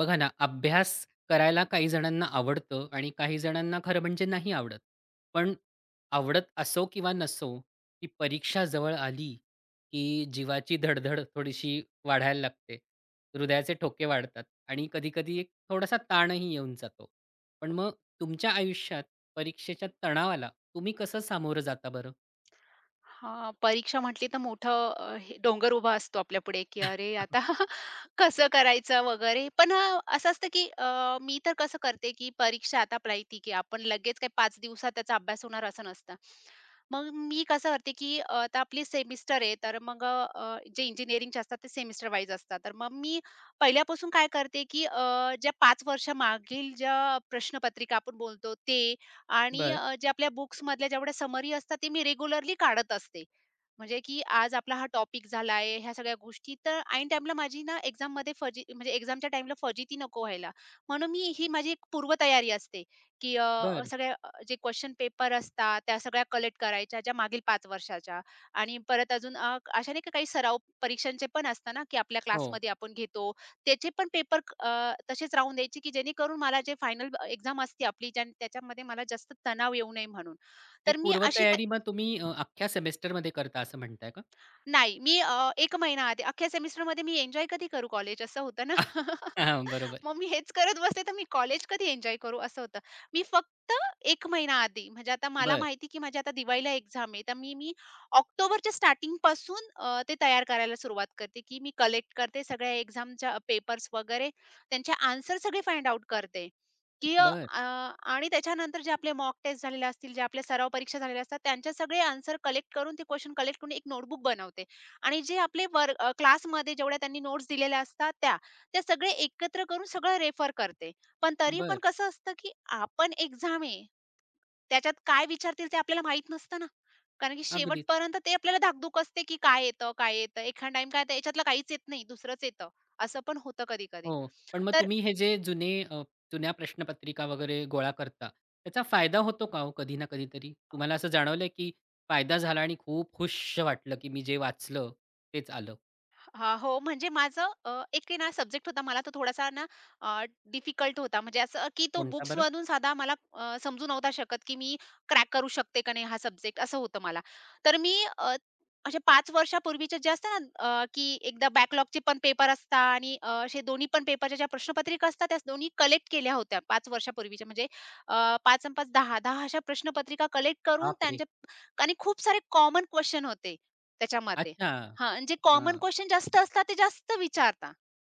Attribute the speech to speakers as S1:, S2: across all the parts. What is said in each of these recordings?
S1: बघा ना, अभ्यास करायला काही जणांना आवडतं आणि काही जणांना खरं म्हणजे नाही आवडत. पण आवडत असो किंवा नसो, ती परीक्षा जवळ आली, की जीवाची धडधड थोडीशी वाढायला लागते. हृदयाचे ठोके वाढतात आणि कधी-कधी एक थोडासा ताणही येऊन जातो. पण मग तुमच्या आयुष्यात परीक्षेच्या तणावाला तुम्ही कसं सामोरं जाता बरं?
S2: हां, परीक्षा म्हटली तर मोठं हे डोंगर उभा असतो आपल्यापुढे, की अरे आता कसं करायचं वगैरे. पण असं असतं की मी तर कसं करते, की परीक्षा आता आपल्या येते, की आपण लगेच काही 5 दिवसात त्याचा अभ्यास होणार असं नसतं. मग मी कसं करते, की आता आपली सेमिस्टर आहे, तर मग जे इंजिनिअरिंगचे असतात ते सेमिस्टर वाईज असतात. तर मग मी पहिल्यापासून काय करते, की ज्या 5 वर्षामागील ज्या प्रश्नपत्रिका आपण बोलतो ते आणि
S1: बरं,
S2: जे आपल्या बुक्समधल्या जेवढ्या समरी असतात, ते मी रेग्युलरली काढत असते. म्हणजे की आज आपला हा टॉपिक झाला ह्या सगळ्या गोष्टी तर ऐन टाईमला माझी ना एक्झाममध्ये फजी म्हणजे एक्झामच्या टाईमला फजिती नको व्हायला. म्हणून मी ही माझी एक पूर्वतयारी असते, की
S1: बरं.
S2: सगळ्या जे क्वेशन पेपर असतात, त्या सगळ्या कलेक्ट करायच्या, ज्या मागील 5 वर्षाच्या आणि परत अजून अशा नाही का काही सराव परीक्षांचे पण असतात ना, की आपल्या
S1: हो.
S2: क्लासमध्ये आपण घेतो. त्याचे पण पेपर तसेच राहून द्यायचे, की जेणेकरून मला जे फायनल एक्झाम असते आपली ज्या त्याच्यामध्ये मला जास्त तणाव येऊ नये म्हणून.
S1: ही
S2: तर मी अशी त
S1: पूर्वतयारी मग तुम्ही अख्ख्या सेमेस्टरमध्ये करता असं म्हणताय का?
S2: नाही. मी 1 महिना आधी अख्ख्या सेमेस्टरमध्ये मी एन्जॉय कधी करू कॉलेज असं होतं ना.
S1: हां, बरोबर.
S2: मग मी हेच करत बसले तर मी कॉलेज कधी एन्जॉय करू असं होतं. मी फक्त 1 महिना आधी म्हणजे आता मला
S1: बर,
S2: माहिती की माझी आता दिवाळीला एक्झाम आहे. तर मी मी ऑक्टोबरच्या स्टार्टिंगपासून ते तयार करायला सुरुवात करते की मी कलेक्ट करते सगळ्या एक्झामच्या पेपर्स वगैरे त्यांचे आन्सर सगळे फाइंड आउट करते. की
S1: बर,
S2: आणि त्याच्यानंतर जे आपले मॉक टेस्ट झालेले असतील, जे आपल्या सराव परीक्षा झालेल्या असतात, त्यांचे सगळे आन्सर कलेक्ट करून ते क्वेशन कलेक्ट करून एक नोटबुक बनवते आणि जे आपले क्लासमध्ये जेवढ्या त्यांनी नोट्स दिलेल्या असतात त्या, त्या सगळे एकत्र करून सगळं रेफर करते. पण तरी पण
S1: बरं.
S2: कसं असतं, की आपण एक्झाम आहे, त्याच्यात काय विचारतील ते आपल्याला माहीत नसतं ना. कारण की
S1: अगदीच.
S2: शेवटपर्यंत ते आपल्याला धाकधूक असते, की काय येतं, काय येतं? एखाद टाईम काय येतं, याच्यातलं काहीच येत नाही, दुसरंच येतं. असं पण होतं कधी-कधी.
S1: हो. पण मग
S2: तर
S1: तुम्ही हे जे जुने जुन्या प्रश्नपत्रिका वगैरे गोळा करता, त्याचा फायदा होतो का हो कधी ना कधीतरी? तुम्हाला असं जाणवलंय की फायदा झाला आणि खूप खुश वाटलं की मी जे वाचलं तेच आलं?
S2: हा, हो. म्हणजे माझं एक आहे ना सब्जेक्ट होता मला तो थोडासा ना डिफिकल्ट होता. म्हणजे असं की तो
S1: कोणता बरं?
S2: बुक्समधून साधा मला समजू नव्हता शकत की मी क्रॅक करू शकते का नाही हा सब्जेक्ट असं होतं मला. तर मी असे 5 वर्षापूर्वीचे जे असतात ना की एकदा बॅकलॉगचे पण पेपर असतात आणि असे दोन्ही पण पेपरच्या ज्या प्रश्नपत्रिका असतात त्या दोन्ही कलेक्ट केल्या होत्या 5 वर्षापूर्वीच्या. म्हणजे 5 अन् 5 10, 10 अशा प्रश्नपत्रिका कलेक्ट करून
S1: बापरे!
S2: त्यांचे आणि खूप सारे कॉमन क्वेशन होते त्याच्यामध्ये.
S1: अच्छा.
S2: हां, म्हणजे कॉमन
S1: हां.
S2: क्वेशन जास्त असतात ते जास्त विचारता.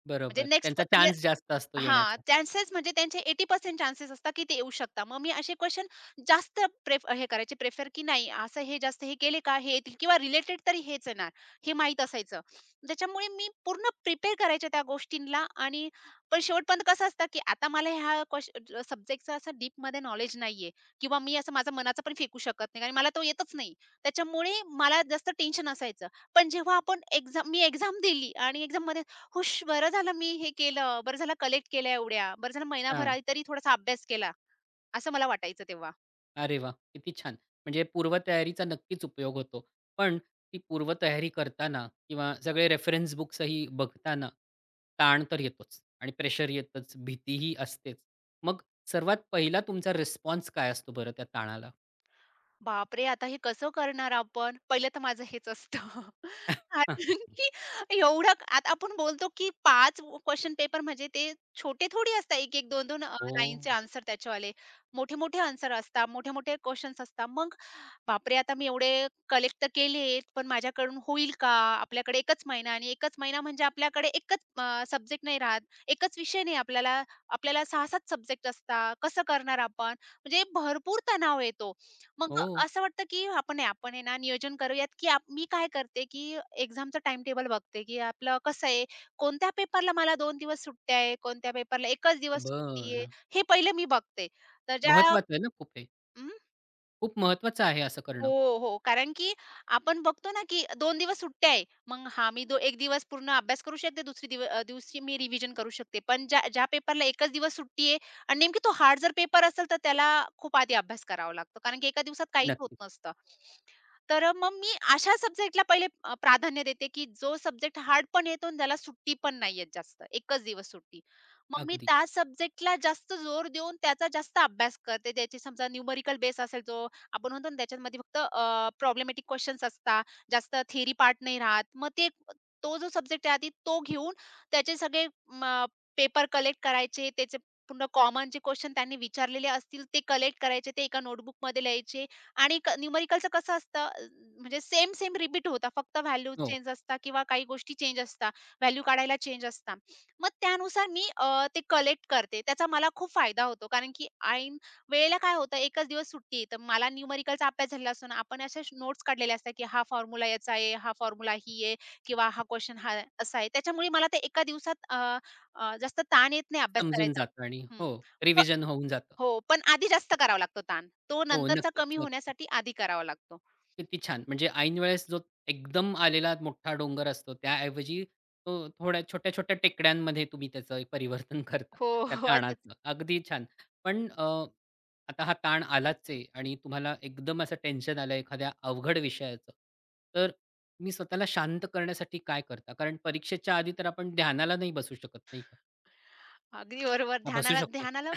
S2: म्हणजे
S1: बरोबर.
S2: नेक्स्ट क्व
S1: त्यांचा
S2: ये
S1: चान्स जास्त असतो
S2: हां,
S1: येण्याचा.
S2: चान्सेस म्हणजे त्यांचे 80% चान्सेस असतात, की ते येऊ शकतात. मग मी असे क्वेशन जास्त प्रेफर, की नाही असं हे जास्त हे केले का हे येतील किंवा रिलेटेड तरी हेच येणार हे माहीत असायचं. त्याच्यामुळे मी पूर्ण प्रिपेअर करायचे त्या गोष्टींना आणि पण शेवटपर्यंत कसं असतं, की आता मला ह्या सब्जेक्टचं असं डीपमध्ये नॉलेज नाहीये किंवा मी असं माझा मनाचा पण फेकू शकत नाही आणि मला तो येतच नाही. त्याच्यामुळे मला जास्त टेन्शन असायचं. पण जेव्हा आपण मी एक्झाम दिली आणि एक्झाममध्ये हुश! बरं झालं मी हे केलं, बरं झालं कलेक्ट केल्या एवढ्या, बरं झालं महिनाभर आधी तरी थोडासा अभ्यास केला, असं मला वाटायचं तेव्हा.
S1: अरे वाह! किती छान. म्हणजे पूर्वतयारीचा नक्कीच उपयोग होतो. पण ती पूर्वतयारी करताना किंवा सगळे रेफरन्स बुक्सही बघताना ताण तर येतोच आणि प्रेशर येतंच, भीतीही असतेच. मग सर्वात पहिला तुमचा रिस्पॉन्स काय असतो बरं त्या ताणाला?
S2: बापरे! आता हे कसं करणार आपण? पहिलं तर माझं हेच असतं. कारण की आता आपण बोलतो की पाच क्वेश्चन पेपर म्हणजे ते छोटे थोडी असतात. 1-1, 2-2
S1: हो.
S2: लाईनचे आन्सर त्याच्यावाले. मोठे-मोठे आन्सर असतात, मोठे-मोठे क्वेशन्स असतात. मग बापरे! आता मी एवढे कलेक्ट तर केलेत, पण माझ्याकडून होईल का? आपल्याकडे 1च महिना आणि 1च महिना म्हणजे आपल्याकडे 1च सब्जेक्ट नाही राहत, 1च विषय नाही आपल्याला, आपल्याला 6-7 सब्जेक्ट असतात. कसं करणार आपण? म्हणजे भरपूर तणाव येतो. मग
S1: हो.
S2: असं वाटतं, की आपण आहे ना नियोजन करूयात, की मी काय करते, की एक्झामचं टाईमटेबल बघते, की आपलं कसं आहे, कोणत्या पेपरला मला 2 दिवस सुट्ट्या आहे, कोणत्या पेपरला 1च दिवस सुट्टी आहे,
S1: बरं.
S2: हे पहिलं मी बघते. तर ज्या
S1: महत्वाचं आहे ना खूप हे.
S2: हं.
S1: खूप महत्वाचं आहे असं
S2: हो,
S1: करणं.
S2: हो. कारण की आपण बघतो ना, की दोन दिवस सुट्ट्या आहे. मग हा मी दो एक दिवस पूर्ण अभ्यास करू शकते. दिवशी मी रिव्हिजन करू शकते. पण ज्या ज्या पेपरला एकच दिवस सुट्टी आहे आणि नेमकी तो हार्ड जर पेपर असेल, तर त्याला खूप आधी अभ्यास करावा लागतो. कारण की एका दिवसात काहीच होत
S1: नक्कीच.
S2: नसतं. तर मग मी अशा सब्जेक्टला पहिले प्राधान्य देते, की जो सब्जेक्ट हार्ड पण येतो आणि त्याला सुट्टी पण नाहीये जास्त. एकच दिवस सुट्टी. मग मी
S1: अगदी.
S2: त्या सब्जेक्टला जास्त जोर देऊन त्याचा जास्त अभ्यास करते. त्याची समजा न्यूमेरिकल बेस असेल, जो आपण म्हणतो ना त्याच्यामध्ये फक्त प्रॉब्लेमॅटिक क्वेशन्स असतात. जास्त थिअरी पार्ट नाही राहत. मग ते तो जो सब्जेक्ट आहे आधी तो घेऊन त्याचे सगळे पेपर कलेक्ट करायचे. त्याचे पूर्ण कॉमन जे क्वेशन त्यांनी विचारलेले असतील ते कलेक्ट करायचे. ते एका नोटबुकमध्ये लिहायचे आणि कसं असतं, म्हणजे सेम रिपीट होतं. फक्त व्हॅल्यूज
S1: हो.
S2: चेंज असतात किंवा काही गोष्टी चेंज असतात. व्हॅल्यू काढायला चेंज असतात. मग त्यानुसार मी ते कलेक्ट करते. त्याचा मला खूप फायदा होतो कारण की वेळेला काय होतं, एकच दिवस सुट्टी आहे. तर मला न्यूमेरिकलचा अभ्यास झालेला असतो ना, आपण अशा नोट्स काढलेल्या असतात, की हा फॉर्म्युला याचा आहे, हा फॉर्म्युला ही आहे किंवा हा क्वेशन हा असा आहे. त्याच्यामुळे मला ते एका दिवसात अ, अ, जास्त ताण येत नाही अभ्यास
S1: समजून
S2: करायचा.
S1: जातं आणि
S2: हं.
S1: हो,
S2: प
S1: रिव्हिजन होऊन जातं.
S2: हो, पण आधी जास्त करावा लागतो ताण. तो
S1: हो,
S2: नंतरचा
S1: नक्कीच,
S2: कमी
S1: नक्कीच.
S2: होण्यासाठी आधी करावा लागतो.
S1: किती छान! म्हणजे ऐन वेळेस जो एकदम आलेला मोठा डोंगर असतो, त्याऐवजी तो थोड्या छोट्या-छोट्या टेकड्यांमध्ये तुम्ही त्याचं एक परिवर्तन करता,
S2: हो,
S1: त्या
S2: हो. असं
S1: ताणाचं. अगदी छान. पण आता हा ताण आलाच आहे आणि तुम्हाला एकदम असं टेन्शन आलं एखाद्या अवघड विषयाचं, तर तुम्ही स्वतःला शांत करण्यासाठी काय करता? कारण परीक्षेच्या आधी तर आपण ध्यानाला नाही बसू शकत, नाही का?
S2: अगदी बरोबर.
S1: हां, बसू
S2: ध्यानाला
S1: शकतो.
S2: ध्यानाला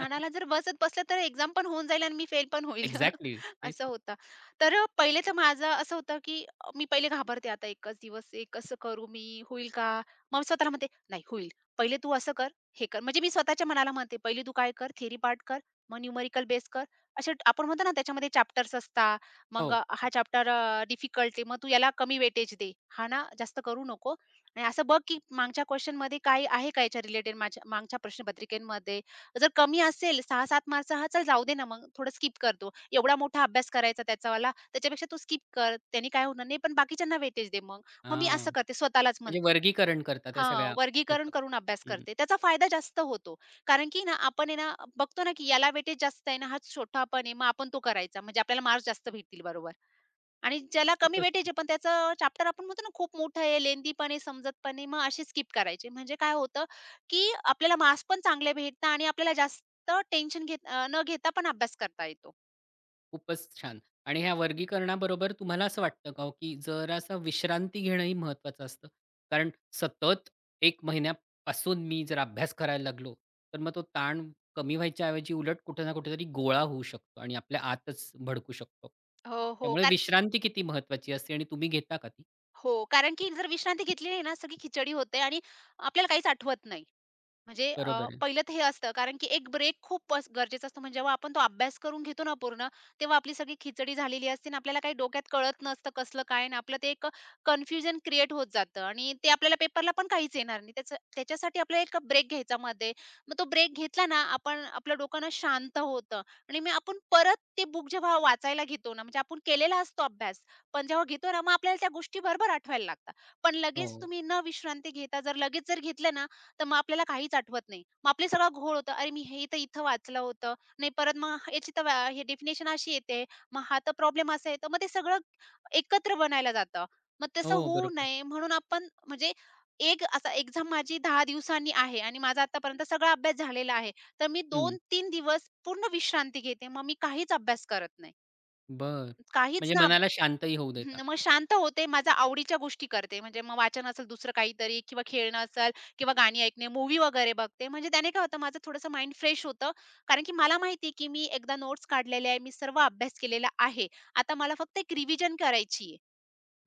S2: जर बसलं तर एक्झाम पण होऊन जाईल आणि मी फेल पण होईल.
S1: एक्झॅक्टली.
S2: असं होतं. तर पहिले तर माझं असं होतं, की मी पहिले घाबरते आता एकच दिवस एक कसं करू मी? होईल का? मग स्वतःला म्हणते, "नाही होईल. पहिले तू असं कर, हे कर." म्हणजे मी स्वतःच्या मनाला म्हणते, "पहिले तू काय कर? थेअरी पार्ट कर, मग न्यूमेरिकल बेस कर." असे आपण म्हणतो ना त्याच्यामध्ये चॅप्टर्स असतात. मग
S1: हो.
S2: हा चॅप्टर डिफिकल्ट आहे. मग तू याला कमी वेटेज दे. हा ना जास्त करू नको. नाही असं बघ, की मागच्या क्वेशनमध्ये काही आहे का याच्या रिलेटेड माझ्या मागच्या प्रश्नपत्रिकेमध्ये? जर कमी असेल 6-7 मार्क हा चल जाऊ दे ना मग थोडं स्किप करतो. एवढा मोठा अभ्यास करायचा त्याचावाला, त्याच्यापेक्षा तू स्किप कर. त्याने काय होणार नाही, पण बाकीच्यांना वेटेज दे मग. मग मी
S1: हां.
S2: असं करते स्वतःलाच
S1: म्हणजे
S2: म्हणते.
S1: वर्गीकरण करता त्या
S2: हां,
S1: सगळ्या
S2: वर्गीकरण
S1: ह्याचं.
S2: करून अभ्यास करते. त्याचा फायदा जास्त होतो. कारण की ना आपण आहे ना बघतो ना, की याला वेटेज जास्त आहे ना, हा छोटा पण आहे, मग आपण तो करायचा. म्हणजे आपल्याला मार्क्स जास्त भेटतील बरोबर. आणि ज्याला कमी
S1: खूपच छान,
S2: भेटायचे पण त्याचं चॅप्टर आपण म्हणतो ना खूप मोठं आहे, लेंदीपणे, समजतपणे मग असे स्किप करायचे. म्हणजे काय होतं, की आपल्याला मार्क्स पण चांगले भेटतात आणि आपल्याला जास्त टेन्शन न घेता पण अभ्यास करता येतो.
S1: खूपच छान. आणि ह्या वर्गीकरणाबरोबर तुम्हाला असं वाटतं का हो, की जरासा विश्रांती घेणंही महत्त्वाचं असतं? कारण सतत 1 महिन्यापासून मी जर अभ्यास करायला लागलो, तर मग तो ताण कमी व्हायच्या ऐवजी उलट कुठे ना कुठेतरी गोळा होऊ शकतो आणि आपल्या आतच भडकू शकतो.
S2: हो, हो.
S1: त्यामुळे विश्रांती किती महत्त्वाची असते आणि तुम्ही घेता का ती?
S2: हो, कारण की जर विश्रांती घेतली नाही ना, सगळी खिचडी होते आणि आपल्याला काहीच आठवत नाही. म्हणजे
S1: बरोबर आहे.
S2: पहिलं तर हे असतं कारण की एक ब्रेक खूप अस गरजेचा असतो. म्हणजे जेव्हा आपण तो अभ्यास करून घेतो ना पूर्ण, तेव्हा आपली सगळी खिचडी झालेली असते आणि आपल्याला काही डोक्यात कळत नसतं कसलं काय आणि आपलं ते एक कन्फ्युजन क्रिएट होत जातं आणि ते आपल्याला पेपरला पण काहीच येणार नाही. त्याचं त्याच्यासाठी आपल्याला एक ब्रेक घ्यायचा मध्ये. मग तो ब्रेक घेतला ना आपण आपलं डोकं ना शांत होतं आणि मग आपण परत ते बुक जेव्हा वाचायला घेतो ना, म्हणजे आपण केलेला असतो अभ्यास, पण जेव्हा घेतो ना मग आपल्याला त्या गोष्टी बरोबर आठवायला लागतात. पण लगेच
S1: हो,
S2: तुम्ही न विश्रांती घेता जर लगेच जर घेतलं ना, तर मग आपल्याला काहीच आठवत नाही. मग आपले सगळं घोळ होतं. अरे, मी हे तर इथं वाचलं होतं. नाही परत मग ह- याची तर व्या हे डेफिनेशन अशी येते. मग हा तर प्रॉब्लेम असा येतो. मग ते सगळं एकत्र बनायला जातं. मग तसं
S1: हो,
S2: होऊ
S1: बरोबर.
S2: नये म्हणून आपण म्हणजे एक असा एक्झाम माझी 10 दिवसांनी आहे आणि माझा आतापर्यंत सगळा अभ्यास झालेला आहे. तर मी
S1: हं,
S2: 2-3 दिवस पूर्ण विश्रांती घेते. मग मी काहीच अभ्यास करत नाही.
S1: बरं.
S2: काहीच
S1: म्हणजे
S2: ना
S1: मनाला शांतही होऊ देता.
S2: हं, मग शांत होते. माझ्या आवडीच्या गोष्टी करते. म्हणजे मग वाचन असेल दुसरं काहीतरी किंवा खेळणं असेल किंवा गाणी ऐकणे, मूव्ही वगैरे बघते. म्हणजे त्याने काय होतं माझं थोडंसं माइंड फ्रेश होतं. कारण की मला माहिती की मी एकदा नोट्स काढलेले आहे. मी सर्व अभ्यास केलेला आहे. आता मला फक्त एक रिव्हिजन करायची आहे.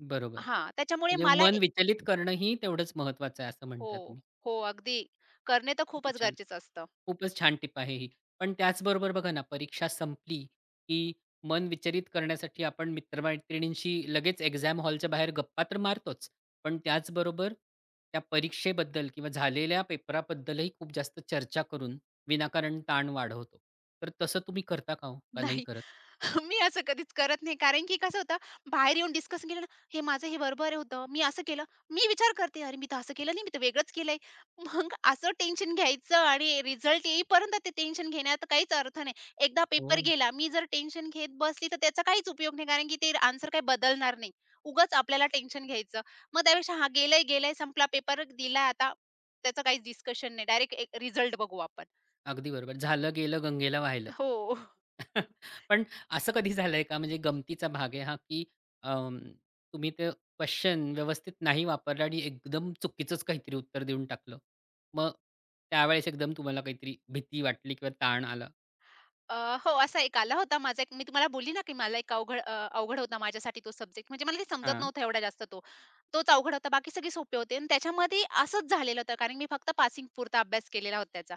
S1: बरोबर.
S2: हां, त्याच्यामुळे
S1: म्हणजे
S2: मला ए
S1: मन विचलित करणंही तेवढंच महत्त्वाचं आहे असं
S2: हो,
S1: म्हणताय तुम्ही.
S2: हो. अगदी करणे तर
S1: किती
S2: खूपच
S1: छान!
S2: गरजेचं असतं.
S1: खूपच छान टिप आहे ही. पण त्याचबरोबर बघा ना, परीक्षा संपली, की मन विचलित करण्यासाठी आपण मित्र-मैत्रिणींशी लगेच एक्झाम हॉलच्या बाहेर गप्पा तर मारतोच. पण त्याचबरोबर त्या परीक्षेबद्दल किंवा झालेल्या पेपराबद्दलही खूप जास्त चर्चा करून विनाकारण ताण वाढवतो. तर तसं तुम्ही करता का हो? का नाही
S2: नाही,
S1: करत?
S2: मी असं कधीच करत नाही. कारण की कसं होतं, बाहेर येऊन डिस्कशन केलं ना, "हे माझं हे बरोबर होतं. मी असं केलं." मी विचार करते, "अरे, मी तर असं केलं नाही. मी तर वेगळंच केलंय." मग असं टेन्शन घ्यायचं आणि रिझल्ट येईपर्यंत ते टेन्शन घेण्यात काहीच अर्थ नाही. एकदा
S1: हो.
S2: पेपर गेला, मी जर टेन्शन घेत बसली, तर त्याचा काहीच उपयोग नाही. कारण की ते आन्सर काही बदलणार नाही. उगाच आपल्याला टेन्शन घ्यायचं. मग त्यापेक्षा, "हां, गेलंय, गेलंय. संपला पेपर. दिलाय आता. त्याचं काहीच डिस्कशन नाही. डायरेक्ट एक रिझल्ट बघू आपण."
S1: अगदी बरोबर. झालं गेलं गंगेला वाहिलं.
S2: हो.
S1: पण असं कधी झालंय का म्हणजे गमतीचा भाग आहे हा, की अं, तुम्ही ते क्वेशन व्यवस्थित नाही वापरलं आणि एकदम चुकीचंच काहीतरी उत्तर देऊन टाकलं? मग त्यावेळेस एकदम तुम्हाला काहीतरी भीती वाटली किंवा ताण आला?
S2: अ, हो, असा एक आला होता माझा एक मी तुम्हाला बोलली ना, की मला एक अवघड अवघड होता माझ्यासाठी तो सब्जेक्ट. म्हणजे मला ते समजत
S1: हां.
S2: नव्हता एवढा जास्त तो. तोच अवघड होता, बाकी सगळे सोपे होते आणि त्याच्यामध्ये असंच झालेलं होतं, कारण मी फक्त पासिंग पुरता अभ्यास केलेला होता त्याचा.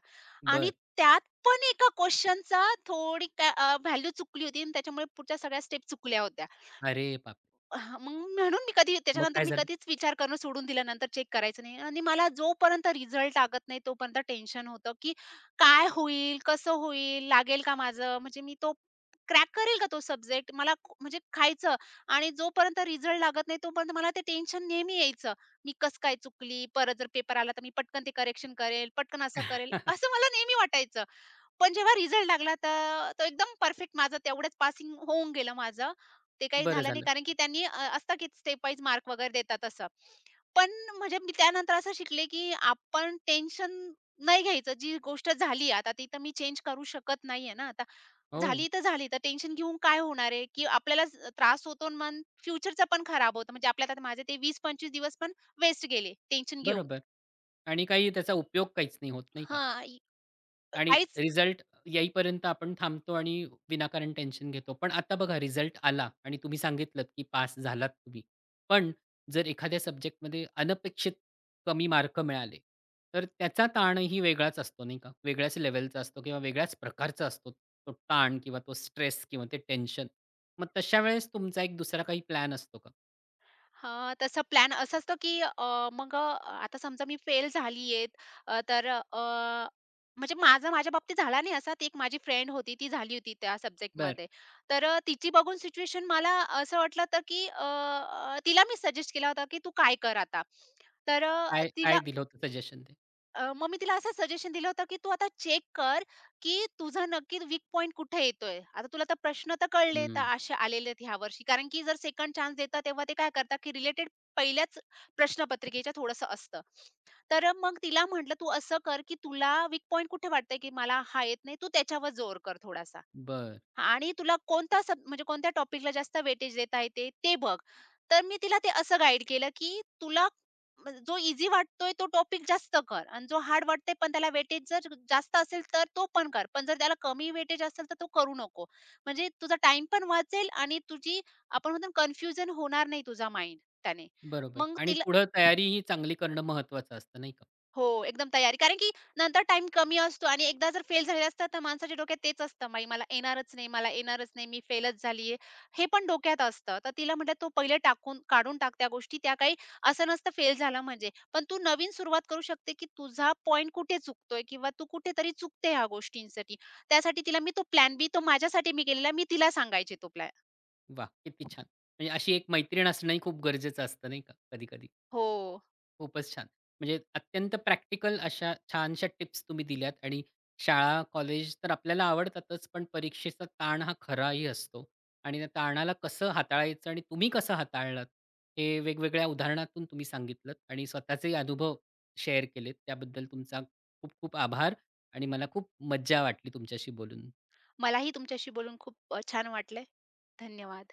S2: आणि
S1: बरं.
S2: त्यात पण एका क्वेशनचा थोडी व्हॅल्यू चुकली होती आणि त्याच्यामुळे पुढच्या सगळ्या स्टेप चुकल्या होत्या.
S1: अरे बापरे!
S2: हां, मग म्हणून मी कधी
S1: मग
S2: त्याच्यानंतर
S1: काय
S2: मी
S1: झालं?
S2: कधीच विचार करणं सोडून दिल्यानंतर चेक करायचं नाही आणि मला जोपर्यंत रिझल्ट लागत नाही तोपर्यंत टेन्शन होतं, की काय होईल? कसं होईल? लागेल का माझं? म्हणजे मी तो क्रॅक करेल का तो सब्जेक्ट? म्हणजे खायचं आणि जोपर्यंत रिझल्ट लागत नाही तोपर्यंत मला ते टेन्शन नेहमी यायचं. मी कसं काय चुकली? परत जर पेपर आला तर मी पटकन ते करेक्शन करेल, पटकन असं करेल, असं मला नेहमी वाटायचं. पण जेव्हा रिझल्ट लागला तर तो एकदम परफेक्ट माझा तेवढंच पासिंग होऊन गेलं माझं. ते काही
S1: बरं
S2: झालं नाही
S1: झालं.
S2: कारण की त्यांनी असतं की स्टेप वाईज मार्क वगैरे देतात असं. पण म्हणजे मी त्यानंतर असं शिकले की आपण टेन्शन नाही घ्यायचं. जी गोष्ट झाली आता ती तर मी चेंज करू शकत नाहीये ना आता.
S1: हो,
S2: झाली तर टेन्शन घेऊन काय होणार आहे, की आपल्यालाच त्रास होतो आणि मग फ्युचरचं पण खराब होतं. म्हणजे आपल्याला आता माझे ते 20-25 दिवस पण वेस्ट गेले टेन्शन घेऊन.
S1: बरोबर. आणि काही त्याचा उपयोग काहीच नाही होत, नाही
S2: हां,
S1: आणि
S2: काहीच.
S1: रिझल्ट येईपर्यंत आपण थांबतो आणि विनाकारण टेन्शन घेतो. पण आता बघा रिझल्ट आला आणि तुम्ही सांगितलत, की पास झालात तुम्ही. पण जर एखाद्या सब्जेक्टमध्ये अनपेक्षित कमी मार्क मिळाले, तर त्याचा ताणही वेगळाच असतो नाही का? वेगळ्याच लेव्हलचा असतो किंवा वेगळ्याच प्रकारचा असतो तो ताण किंवा तो स्ट्रेस किंवा ते टेन्शन. मग तशा वेळेस तुमचा एक दुसरा काही प्लॅन असतो का?
S2: हां, तसा प्लॅन असा असतो, की आता समजा मी फेल झालीये. अ, तर अ, म्हणजे माझ्या बाबतीत झाला नाही असा. ती एक माझी फ्रेंड होती, ती झाली होती त्या
S1: बरं.
S2: सब्जेक्टमध्ये. तिची बघून सिच्युएशन मला असं वाटलं होतं, की अ, अ, तिला मी सजेस्ट केला होता, की "तू काय कर आता?" तर अ,
S1: काय
S2: तिला
S1: काय दिलं होतं सजेशन ते?
S2: अ, मग मी तिला असं सजेशन दिलं होतं, की "तू आता चेक कर, की तुझा नक्की वीक पॉइंट कुठे येतोय? आता तुला तर प्रश्न तर कळले, तर
S1: हं.
S2: असे आलेले आहेत ह्यावर्षी." कारण की जर सेकंड चान्स देतात, तेव्हा ते काय करतात, की रिलेटेड पहिल्याच प्रश्नपत्रिकेच्या थोडंसं असतं. तर मग तिला म्हटलं, "तू असं कर, की तुला वीक पॉइंट कुठे वाटतंय, की मला हा येत नाही, तू त्याच्यावर जोर कर थोडासा."
S1: बरं.
S2: आणि तुला कोणता सब म्हणजे कोणत्या टॉपिकला जास्त वेटेज देता येते ते बघ. तर मी तिला ते असं गाईड केलं, की तुला म्हणजे जो ईझी वाटतोय तो टॉपिक जास्त कर आणि जो हार्ड वाटतोय पण त्याला वेटेज जर जास्त असेल तर तो पण कर. पण जर त्याला कमी वेटेज असेल तर तो करू नको. म्हणजे तुझा टाईम पण वाचेल आणि तुझी आपण म्हणतो कन्फ्युजन होणार नाही तुझा माइंड त्याने.
S1: बरोबर
S2: मग
S1: आणि
S2: तिला
S1: पुढं तयारीही चांगली करणं महत्वाचं असतं नाही का?
S2: हो, एकदम तयारी. कारण की नंतर टाइम कमी असतो आणि एकदा जर फेल झालेलं असतं, तर माणसाच्या डोक्यात तेच असतं, "बाई, मला येणारच नाही, मला येणारच नाही, मी फेलच झालीये." हे पण डोक्यात असतं. तर तिला म्हटलं, "तू पहिले टाकून काढून टाक त्या गोष्टी. त्या काही असं नसतं फेल झाला म्हणजे. पण तू नवीन सुरुवात करू शकते, की तुझा पॉइंट कुठे चुकतोय किंवा तू कुठेतरी चुकते ह्या गोष्टींसाठी." त्यासाठी तिला मी तो प्लॅन बी, तो माझ्यासाठी मी केलेला, मी तिला सांगायची तो प्लॅन.
S1: वाह! किती छान. म्हणजे अशी एक मैत्रीण असणंही खूप गरजेचं असतं नाही का कधी-कधी.
S2: हो.
S1: खूपच छान. म्हणजे अत्यंत प्रॅक्टिकल अशा छानशा टिप्स तुम्ही दिल्यात आणि शाळा, कॉलेज तर आपल्याला आवडतातच, पण परीक्षेचा ताण हा खराही असतो आणि त्या ताणाला कसं हाताळायचं आणि तुम्ही कसं हाताळलात हे वेगवेगळ्या उदाहरणातून तुम्ही सांगितलत आणि स्वतःचेही अनुभव शेअर केलेत. त्याबद्दल तुमचा खूप खूप आभार आणि मला खूप मज्जा वाटली तुमच्याशी बोलून.
S2: मलाही तुमच्याशी बोलून खूप छान वाटलंय. धन्यवाद.